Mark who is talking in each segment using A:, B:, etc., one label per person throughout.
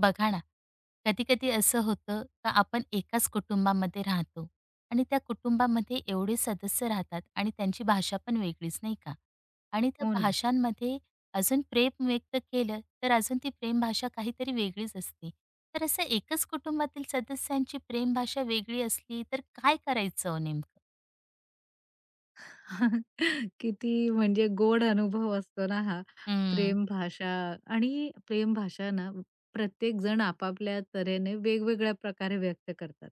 A: बघा ना, कधी-कधी असं होतं का आपण एकाच कुटुंबामध्ये राहतो आणि त्या कुटुंबामध्ये एवढे सदस्य राहतात आणि त्यांची भाषा पण वेगळीच, नाही का? आणि त्या
B: हो ना.
A: भाषांमध्ये अजून प्रेम व्यक्त केलं, तर अजून ती प्रेम भाषा काहीतरी वेगळीच असते. तर असं एकच कुटुंबातील सदस्यांची प्रेम भाषा वेगळी असली, तर काय करायचं हो नेमकं?
B: किती म्हणजे गोड अनुभव असतो ना हा.
A: हं.
B: प्रेम भाषा आणि प्रेम भाषा ना प्रत्येक जण आपापल्या तऱ्हेने वेगवेगळ्या प्रकारे व्यक्त करतात.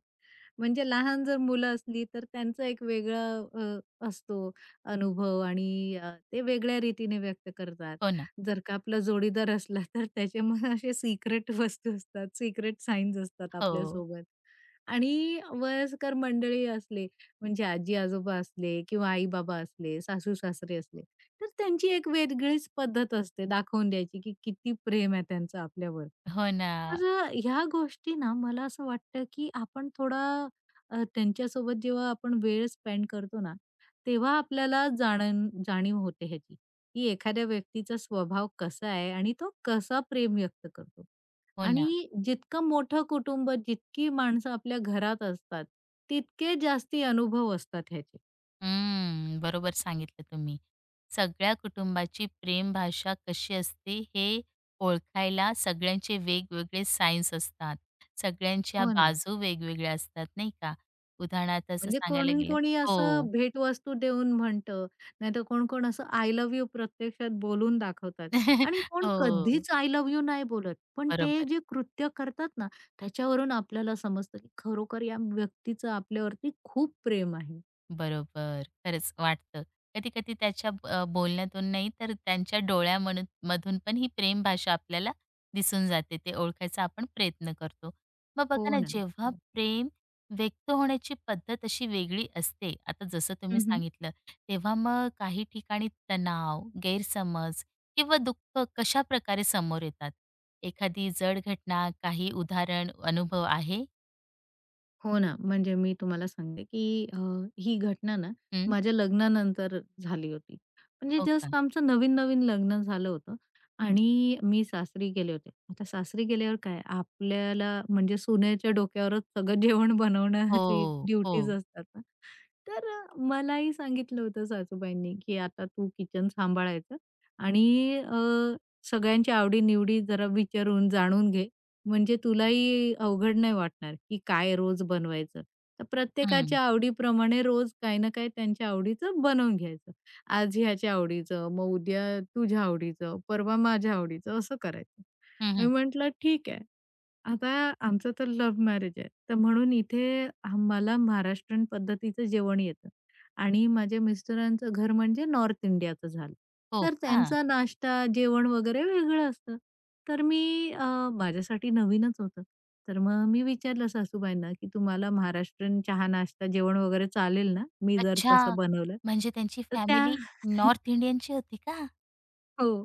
B: म्हणजे लहान जर मुलं असली तर त्यांचा एक वेगळा असतो अनुभव आणि ते वेगळ्या रीतीने व्यक्त करतात.
A: हो ना.
B: जर का आपला जोडीदार असला तर त्याचे मग असे सिक्रेट वस्तू असतात, सिक्रेट सायन्स असतात
A: हो.
B: आपल्यासोबत. आणि वयस्कर मंडळी असले म्हणजे आजी-आजोबा असले किंवा आई-बाबा असले, सासू-सासरे असले, तर त्यांची एक वेगळीच पद्धत असते दाखवून द्यायची, की किती प्रेम आहे त्यांचं आपल्यावर.
A: हो ना.
B: तर ह्या गोष्टी ना मला असं वाटतं, की आपण थोडा त्यांच्यासोबत जेव्हा आपण वेळ स्पेंड करतो ना, तेव्हा आपल्याला जाणीव होते ह्याची, की एखाद्या व्यक्तीचा स्वभाव कसा आहे आणि तो कसा प्रेम व्यक्त करतो.
A: हो ना.
B: आणि जितकं मोठं कुटुंब, जितकी माणसं आपल्या घरात असतात, तितके जास्ती अनुभव असतात ह्याचे.
A: हं. बरोबर सांगितलं तुम्ही. सगळ्या कुटुंबाची प्रेम भाषा कशी असते हे ओळखायला सगळ्यांचे वेगवेगळे सायन्स असतात. सगळ्यांच्या
B: हो ना.
A: बाजू वेगवेगळ्या असतात नाही का? उदाहरणार्थ असं
B: म्हणजे
A: सांगायला
B: कोणी
A: गेलं
B: कोणी
A: हो.
B: असं भेटवस्तू देऊन म्हणतं, नाहीतर कोण कोण असं आय लव्ह यू प्रत्यक्षात बोलून दाखवतात आणि कोण
A: हो,
B: कधीच आय लव्ह यू नाही बोलत. पण ते
A: बरोबर.
B: जे कृत्य करतात ना, त्याच्यावरून आपल्याला समजतं की खरोखर या व्यक्तीचं आपल्यावरती खूप प्रेम आहे.
A: बरोबर. खरंच वाटतं. कधी-कधी त्याच्या बोलण्यातून नाही तर त्यांच्या मधून पण ही प्रेम भाषा आपल्याला दिसून जाते. ते ओळखायचा आपण प्रयत्न करतो. मग
B: हो
A: बघा ना,
B: ना.
A: जेव्हा
B: हो.
A: प्रेम व्यक्त होण्याची पद्धत अशी वेगळी असते, आता जसं तुम्ही सांगितलं, तेव्हा मग काही ठिकाणी तणाव, गैरसमज किंवा दुःख कशाप्रकारे समोर येतात? एखादी जड घटना, काही उदाहरण, अनुभव आहे?
B: हो ना, म्हणजे मी तुम्हाला सांगते, की ही घटना ना
A: हं.
B: माझ्या लग्नानंतर झाली होती. म्हणजे
A: हो का?
B: जस्ट आमचं नवीन-नवीन लग्न झालं होतं आणि मी सासरी गेले होते. आता सासरी गेल्यावर काय आपल्याला म्हणजे सुनेच्या डोक्यावरच सगळं जेवण बनवण्याची
A: हो,
B: ड्युटीज
A: हो.
B: असतात ना. तर मलाही सांगितलं होतं सासूबाईंनी, की आता तू किचन सांभाळायचं आणि सगळ्यांची आवडी जरा विचारून, जाणून घे म्हणजे तुलाही अवघड नाही वाटणार, की काय रोज बनवायचं. तर
A: हं.
B: प्रत्येकाच्या आवडीप्रमाणे रोज काही ना काही त्यांच्या आवडीचं बनवून घ्यायचं. आज ह्याच्या आवडीचं, मग उद्या तुझ्या आवडीचं, परवा माझ्या आवडीचं असं करायचं. मी
A: हं,
B: म्हटलं ठीक आहे. आता आमचं तर लव्ह मॅरेज आहे. तर म्हणून इथे मला महाराष्ट्रीयन पद्धतीचं जेवण येतं आणि माझ्या मिस्टरांचं घर म्हणजे नॉर्थ इंडियाचं झालं.
A: हो.
B: तर
A: हां.
B: त्यांचा नाश्ता, जेवण वगैरे वेगळं असतं. तर मी अ, माझ्यासाठी नवीनच होतं. तर मग मी विचारलं सासूबाईंना, की "तुम्हाला महाराष्ट्रीयन चहा, नाश्ता, जेवण वगैरे चालेल ना, मी जर
A: अच्छा.
B: तसं बनवलं?"
A: म्हणजे त्यांची
B: तर त्या
A: फॅमिली नॉर्थ इंडियनची होती का?
B: हो.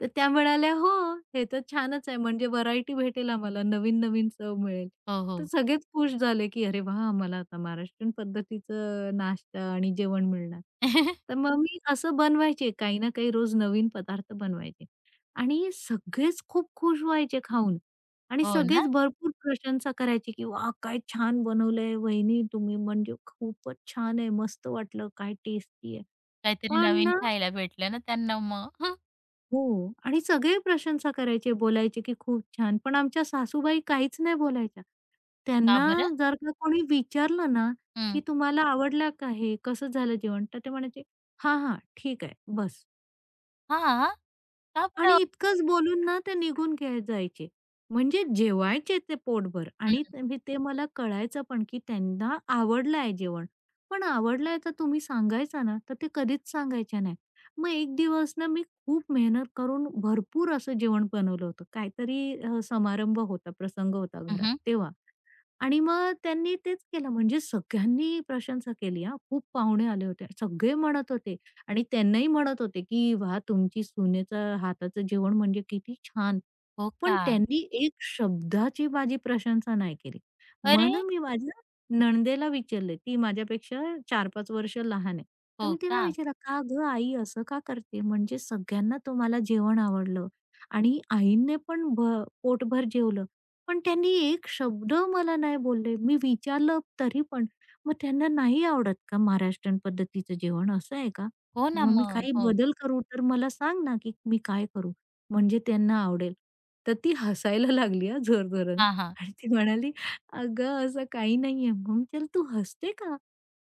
B: तर त्या म्हणाल्या, "हो, हे तर छानच आहे. म्हणजे व्हरायटी भेटेल आम्हाला, नवीन-नवीन चव मिळेल."
A: हो,
B: तर
A: हो.
B: सगळेच खुश झाले, की "अरे वाह! आम्हाला आता महाराष्ट्रीयन पद्धतीचं नाश्ता आणि जेवण मिळणार." तर मग मी असं बनवायचे, काही ना काही रोज नवीन पदार्थ बनवायचे आणि सगळेच खूप खुश व्हायचे खाऊन आणि
A: हो ना?
B: सगळेच भरपूर प्रशंसा करायची, की "वाह! काय छान बनवलंय वहिनी तुम्ही, म्हणजे खूपच छान आहे. मस्त वाटलं, काय टेस्टी आहे."
A: काहीतरी
B: पण
A: नवीन
B: ना
A: खायला भेटलं ना त्यांना मग. हं.
B: हो. आणि सगळे प्रशंसा करायचे, बोलायचे की खूप छान. पण आमच्या सासूबाई काहीच नाही बोलायच्या.
A: का
B: त्यांना
A: बरं?
B: जर का कोणी विचारलं ना,
A: हं.
B: की "तुम्हाला आवडला का हे? कसं झालं जेवण?" तर ते म्हणायचे, "हां, हां. ठीक आहे. बस."
A: हां. का बरं?
B: आणि इतकंच बोलून ना ते निघून जायचे. म्हणजे जेवायचे ते पोटभर
A: हं.
B: आणि ते मला कळायचं पण की त्यांना आवडलं आहे जेवण. पण आवडलं आहे तर तुम्ही सांगायचा ना, तर ते कधीच सांगायचे नाही. मग एक दिवस ना मी खूप मेहनत करून भरपूर असं जेवण बनवलं होतं. काहीतरी समारंभ होता, प्रसंग होता घरात
A: हं,
B: तेव्हा. आणि मग त्यांनी तेच केलं म्हणजे सगळ्यांनी प्रशंसा केली हां. खूप पाहुणे आले होते. सगळे म्हणत होते, आणि त्यांनाही म्हणत होते, की "वाह! तुमची सुनेचं हाताचं जेवण म्हणजे किती छान."
A: हो का?
B: पण त्यांनी एक शब्दाची माझी प्रशंसा नाही केली. मग
A: अरे!
B: ना मी माझ्या नणंदेला विचारले, ती माझ्यापेक्षा 4-5 वर्ष लहान आहे. तर
A: हो.
B: मी तिला
A: का?
B: विचारलं, "का गं आई असं का करते? म्हणजे सगळ्यांना तुम्हाला जेवण आवडलं आणि आईने पण भ पोटभर जेवलं, पण त्यांनी एक शब्द मला नाही बोलले." मी विचारलं तरी पण, "मग त्यांना नाही आवडत का महाराष्ट्रीयन पद्धतीचं जेवण असं आहे का?"
A: हो ना
B: मग मी
A: मग.
B: काही
A: हो.
B: बदल करू तर मला सांग ना, की मी काय करू? म्हणजे त्यांना आवडेल. तर ती हसायला लागली हां जोरजोराने
A: हां, हां.
B: आणि ती म्हणाली, "अगं असं काही नाहीये." मग चल "तू हसते का?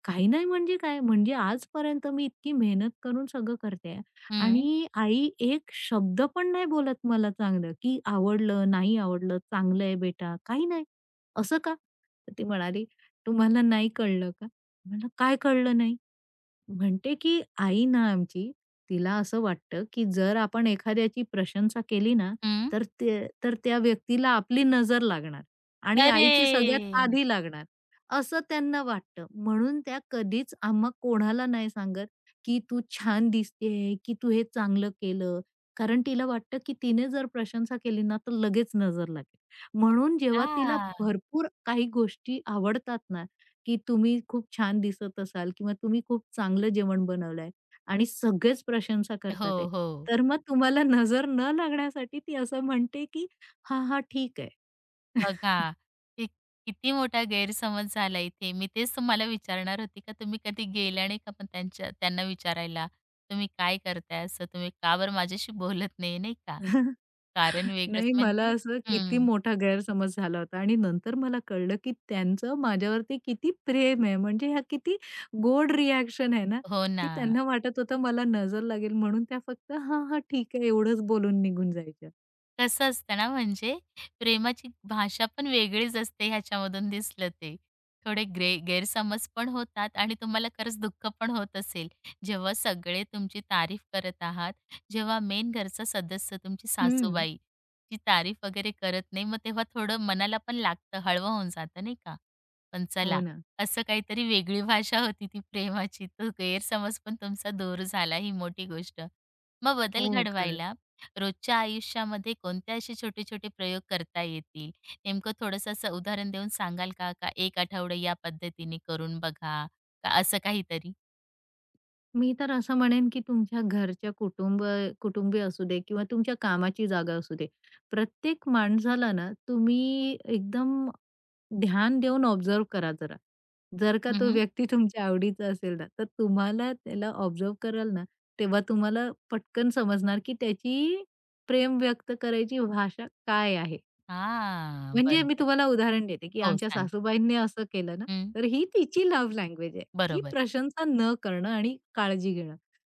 B: काही नाही म्हणजे काय? म्हणजे आजपर्यंत मी इतकी मेहनत करून सगळं करते आहे
A: हं.
B: आणि आई एक शब्द पण नाही बोलत मला चांगलं, की आवडलं, नाही आवडलं, चांगलं आहे बेटा, काही नाही. असं का?" तर ती म्हणाली, "तुम्हाला नाही कळलं का?" म्हणलं, "काय कळलं नाही?" म्हणते की आई ना आमची, तिला असं वाटतं की जर आपण एखाद्याची प्रशंसा केली ना,
A: हं.
B: तर त्या व्यक्तीला आपली नजर लागणार आणि
A: अरे!
B: आईची सगळ्यात आधी लागणार, असं त्यांना वाटतं. म्हणून त्या कधीच आम्हा कोणाला नाही सांगत की "तू छान दिसतेय" की "तू हे चांगलं केलं." कारण तिला वाटतं की तिने जर प्रशंसा केली ना, तर लगेच नजर लागेल. म्हणून जेव्हा तिला
A: हा,
B: भरपूर काही गोष्टी आवडतात ना, की तुम्ही खूप छान दिसत असाल किंवा तुम्ही खूप चांगलं जेवण बनवलंय आणि सगळेच प्रशंसा करतात आहे.
A: हो, हो.
B: तर मग तुम्हाला नजर न लागण्यासाठी ती असं म्हणते की "हां, हां, ठीक आहे."
A: बघा, कि किती मोठा गैरसमज झाला इथे. मी तेच तुम्हाला विचारणार होती का तुम्ही कधी गेल्या नाही का पण त्यांना विचारायला, तुम्ही काय करताय असं? तुम्ही का बरं माझ्याशी बोलत नाही, नाही का? कारण वेगळंच
B: नाही मला
A: म्हणजे
B: असं किती
A: हं.
B: मोठा गैरसमज झाला होता आणि नंतर मला कळलं की त्यांचं माझ्यावरती किती प्रेम आहे. म्हणजे ह्या किती गोड रिएक्शन आहे ना,
A: हो ना.
B: की त्यांना वाटत होतं मला नजर लागेल म्हणून त्या फक्त "हां, हां, ठीक आहे" एवढंच बोलून निघून जायच्या.
A: कसं असतं ना, म्हणजे प्रेमाची भाषा पण वेगळीच असते ह्याच्यामधून दिसलं ते. थोडे ग्रे गैरसमज पण होतात आणि तुम्हाला खरंच दुःख पण होत असेल. जेव्हा सगळे तुमची तारीफ करत आहात, जेव्हा मेन घरचा सदस्य तुमची
B: हं.
A: सासूबाई ती तारीफ वगैरे करत नाही, मग तेव्हा थोडं मनाला पण लागतं, हळवं होऊन जातं नाही का? पण
B: हो
A: चला,
B: ना.
A: असं काहीतरी वेगळी भाषा होती ती प्रेमाची. तो गैरसमज पण तुमचा दूर झाला, ही मोठी गोष्ट. मग
B: हो,
A: बदल
B: खरंच.
A: घडवायला रोजच्या आयुष्यामध्ये कोणते असे छोटे-छोटे प्रयोग करता येतील? नेमकं थोडंसं असं उदाहरण देऊन सांगाल का? का एक आठवडा या पद्धतीने करून बघा, का असं काहीतरी?
B: मी तर असं म्हणेन, की तुमच्या घरच्या कुटुंबीय असू दे किंवा तुमच्या कामाची जागा असू दे. प्रत्येक माणसाला ना तुम्ही एकदम ध्यान देऊन ऑब्झर्व्ह करा जरा. जर का
A: हं,
B: तो
A: हं.
B: व्यक्ती तुमच्या आवडीचा असेल ना, तर तुम्हाला त्याला ऑब्झर्व्ह कराल ना, तेव्हा तुम्हाला पटकन समजणार, की त्याची प्रेम व्यक्त करायची भाषा काय आहे. म्हणजे मी
A: बरोबर.
B: तुम्हाला उदाहरण देते, की
A: हो,
B: आमच्या
A: सांग.
B: सासूबाईंनी असं केलं ना,
A: हं,
B: तर ही तिची लव्ह लँग्वेज आहे, की
A: बरोबर.
B: प्रशंसा न करणं आणि काळजी घेणं.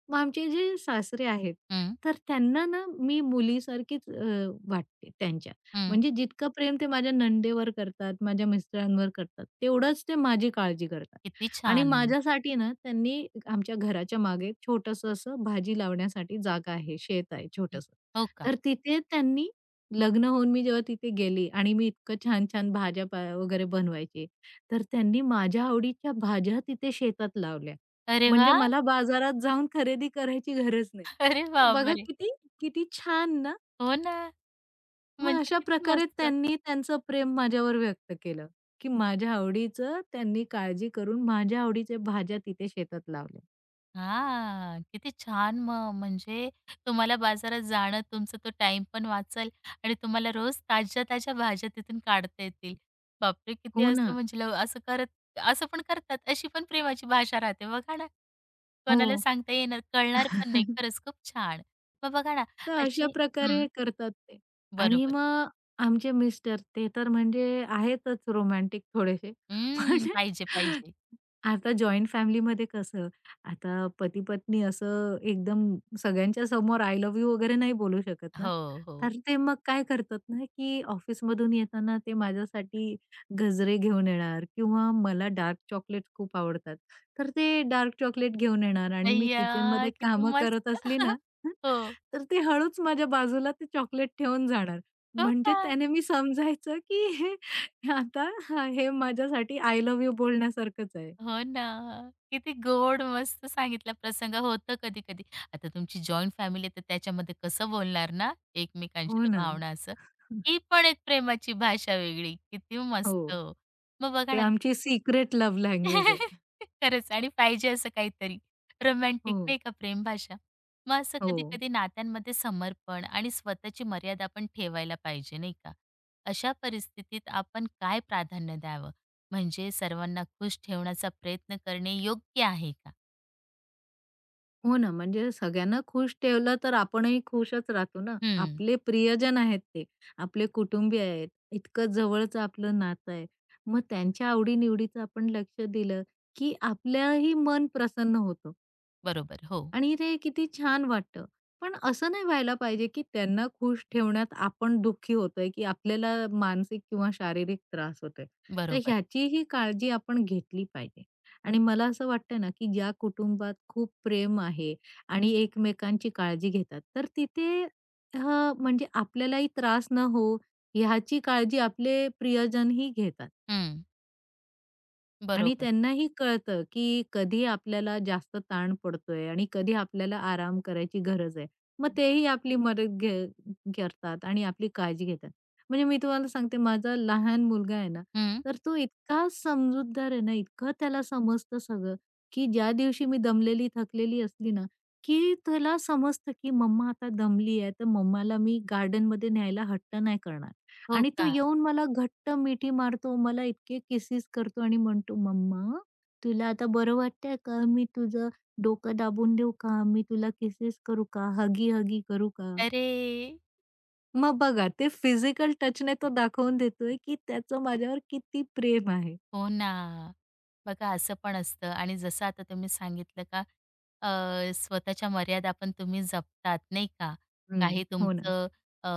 B: मग आमचे जे सासरे आहेत,
A: हं,
B: तर त्यांना ना मी मुलीसारखीच वाटते त्यांच्या.
A: हं.
B: म्हणजे जितकं प्रेम ते माझ्या नणंदेवर करतात, माझ्या मिस्टरांवर करतात, तेवढंच ते माझी काळजी करतात.
A: किती
B: आणि
A: छान.
B: माझ्यासाठी ना त्यांनी आमच्या घराच्या मागे एक छोटंसं असं भाजी लावण्यासाठी जागा आहे, शेत आहे छोटंसं.
A: हो का?
B: तर तिथे त्यांनी लग्न होऊन मी जेव्हा तिथे गेली आणि मी इतकं छान-छान भाज्या पा वगैरे बनवायची, तर त्यांनी माझ्या आवडीच्या भाज्या तिथे शेतात लावल्या.
A: अरे
B: म्हणजे
A: वाह!
B: मला बाजारात जाऊन खरेदी करायची गरज नाही.
A: अरे
B: तर बघा
A: बापरे!
B: किती किती छान ना.
A: हो ना.
B: मग
A: म्हणजे
B: अशा
A: किती
B: प्रकारे
A: मस्त.
B: त्यांनी त्यांचं प्रेम माझ्यावर व्यक्त केलं, की माझ्या आवडीचं त्यांनी काळजी करून माझ्या आवडीच्या भाज्या तिथे शेतात लावल्या.
A: हां, किती छान मग. म्हणजे तुम्हाला बाजारात जाणं, तुमचा तो टाईम पण वाचल, आणि तुम्हाला रोज ताज्या-ताज्या भाज्या तिथून काढता येतील. बापरे! किती
B: हो
A: असं
B: ना.
A: म्हणजे लव असं करत असं पण करतात. अशी पण प्रेमाची भाषा राहते बघा ना.
B: हो.
A: कोणाला सांगता येणार, कळणार पण नाही. खरंच खूप छान. मग बघा ना
B: तर अशा
A: अशी
B: प्रकारे
A: हं,
B: हे करतात ते. आणि
A: बरोबर.
B: मग आमचे मिस्टर ते तर म्हणजे आहेतच रोमॅन्टिक थोडेसे. पण
A: हं, पाहिजे, पाहिजे.
B: आता जॉइंट फॅमिलीमध्ये कसं, आता पती-पत्नी असं एकदम सगळ्यांच्या समोर आय लव्ह यू वगैरे नाही बोलू शकत ना.
A: हो, हो.
B: तर ते मग काय करतात ना, की ऑफिसमधून येताना ते माझ्यासाठी गजरे घेऊन येणार किंवा मला डार्क चॉकलेट खूप आवडतात. तर ते डार्क चॉकलेट घेऊन येणार आणि मी
A: अय्या!
B: किचनमध्ये
A: किती
B: कामं
A: मस्त.
B: करत असली ना,
A: हो,
B: तर ते हळूच माझ्या बाजूला ते चॉकलेट ठेवून जाणार.
A: हो का?
B: म्हणजे त्याने मी समजायचं, की हे आता हे माझ्यासाठी आय लव्ह यू बोलण्यासारखंच आहे.
A: हो ना. किती गोड मस्त सांगितला प्रसंग. होतं कधी-कधी. आता तुमची जॉइंट फॅमिली आहे तर त्याच्यामध्ये कसं बोलणार ना एकमेकांशी
B: हो
A: त्या
B: ना.
A: भावना असं. ही पण एक प्रेमाची भाषा वेगळी. किती मस्त.
B: हो.
A: हो. मग बघा
B: ते
A: ना
B: आमची सिक्रेट लव्ह लँग्वेज आहे.
A: खरंच आणि पाहिजे असं काहीतरी रोमॅन्टिक
B: हो,
A: नाही का प्रेम भाषा. मग असं
B: हो.
A: कधी-कधी नात्यांमध्ये समर्पण आणि स्वतःची मर्यादा पण ठेवायला पाहिजे नाही का. अशा परिस्थितीत आपण काय प्राधान्य द्यावं? म्हणजे सर्वांना खुश ठेवण्याचा प्रयत्न करणे योग्य आहे का?
B: हो ना, म्हणजे सगळ्यांना खुश ठेवलं तर आपणही खुशच राहतो ना.
A: हं,
B: आपले प्रियजन आहेत ते. आपले कुटुंबीय आहेत. इतकं जवळचं आपलं नातं आहे. मग त्यांच्या आवडी-निवडीचं आपण लक्ष दिलं, की आपल्याही मन प्रसन्न होतं.
A: बरोबर. हो,
B: आणि ते किती छान वाटतं. पण असं नाही व्हायला पाहिजे, की त्यांना खुश ठेवण्यात आपण दुःखी होतोय, की आपल्याला मानसिक किंवा शारीरिक त्रास होतोय. तर
A: बरोबर.
B: ह्याचीही काळजी आपण घेतली पाहिजे. आणि मला असं वाटतं ना, की ज्या कुटुंबात खूप प्रेम आहे आणि एकमेकांची काळजी घेतात, तर तिथे अ, म्हणजे आपल्यालाही त्रास न होवो ह्याची काळजी आपले प्रियजनही घेतात.
A: हं,
B: आणि
A: बरोबर.
B: त्यांनाही कळतं, की कधी आपल्याला जास्त ताण पडतोय आणि कधी आपल्याला आराम करायची गरज आहे. मग तेही आपली मदत घे करतात आणि आपली काळजी घेतात. म्हणजे मी तुम्हाला सांगते माझा लहान मुलगा आहे ना,
A: हं,
B: तर तो इतका समजूतदार आहे ना, इतकं त्याला समजतं सगळं, की ज्या दिवशी मी दमलेली, थकलेली असली ना, की त्याला समजतं, की मम्मा आता दमली आहे, तर मम्माला मी गार्डनमध्ये न्यायला हट्ट नाही करणार.
A: हो
B: आणि तो
A: का?
B: येऊन मला घट्ट मिठी मारतो, मला इतके किसेस करतो आणि म्हणतो, "मम्मा, तुला आता बरं वाटतंय का? मी तुझं डोकं दाबून देऊ का? मी तुला किसेस करू का? हगी-हगी करू का?"
A: अरे!
B: मग बघा, ते फिजिकल टचने तो दाखवून देतोय, की त्याचं माझ्यावर किती प्रेम आहे.
A: हो ना. बघा असं पण असतं आणि जसं आता तुम्ही सांगितलं का स्वतःच्या मर्यादा पण तुम्ही जपतात नाही का? काही
B: हं. हो ना.
A: तुमचं अ,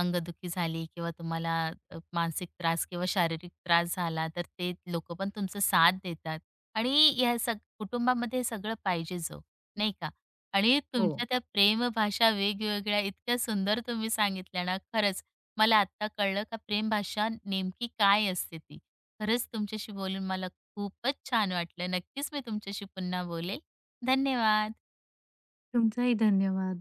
A: अंगदुखी झाली किंवा तुम्हाला मानसिक त्रास किंवा शारीरिक त्रास झाला, तर ते लोकं पण तुमचा साथ देतात आणि या कुटुंबामध्ये हे सगळं पाहिजेच हो, नाही का? आणि
B: हो.
A: तुमच्या त्या प्रेम भाषा वेगवेगळ्या इतक्या सुंदर तुम्ही सांगितल्या ना, खरंच मला आत्ता कळलं का प्रेम भाषा नेमकी काय असते ती. खरंच तुमच्याशी बोलून मला खूपच छान वाटलं. नक्कीच मी तुमच्याशी पुन्हा बोलेल. धन्यवाद.
B: तुमचाही धन्यवाद.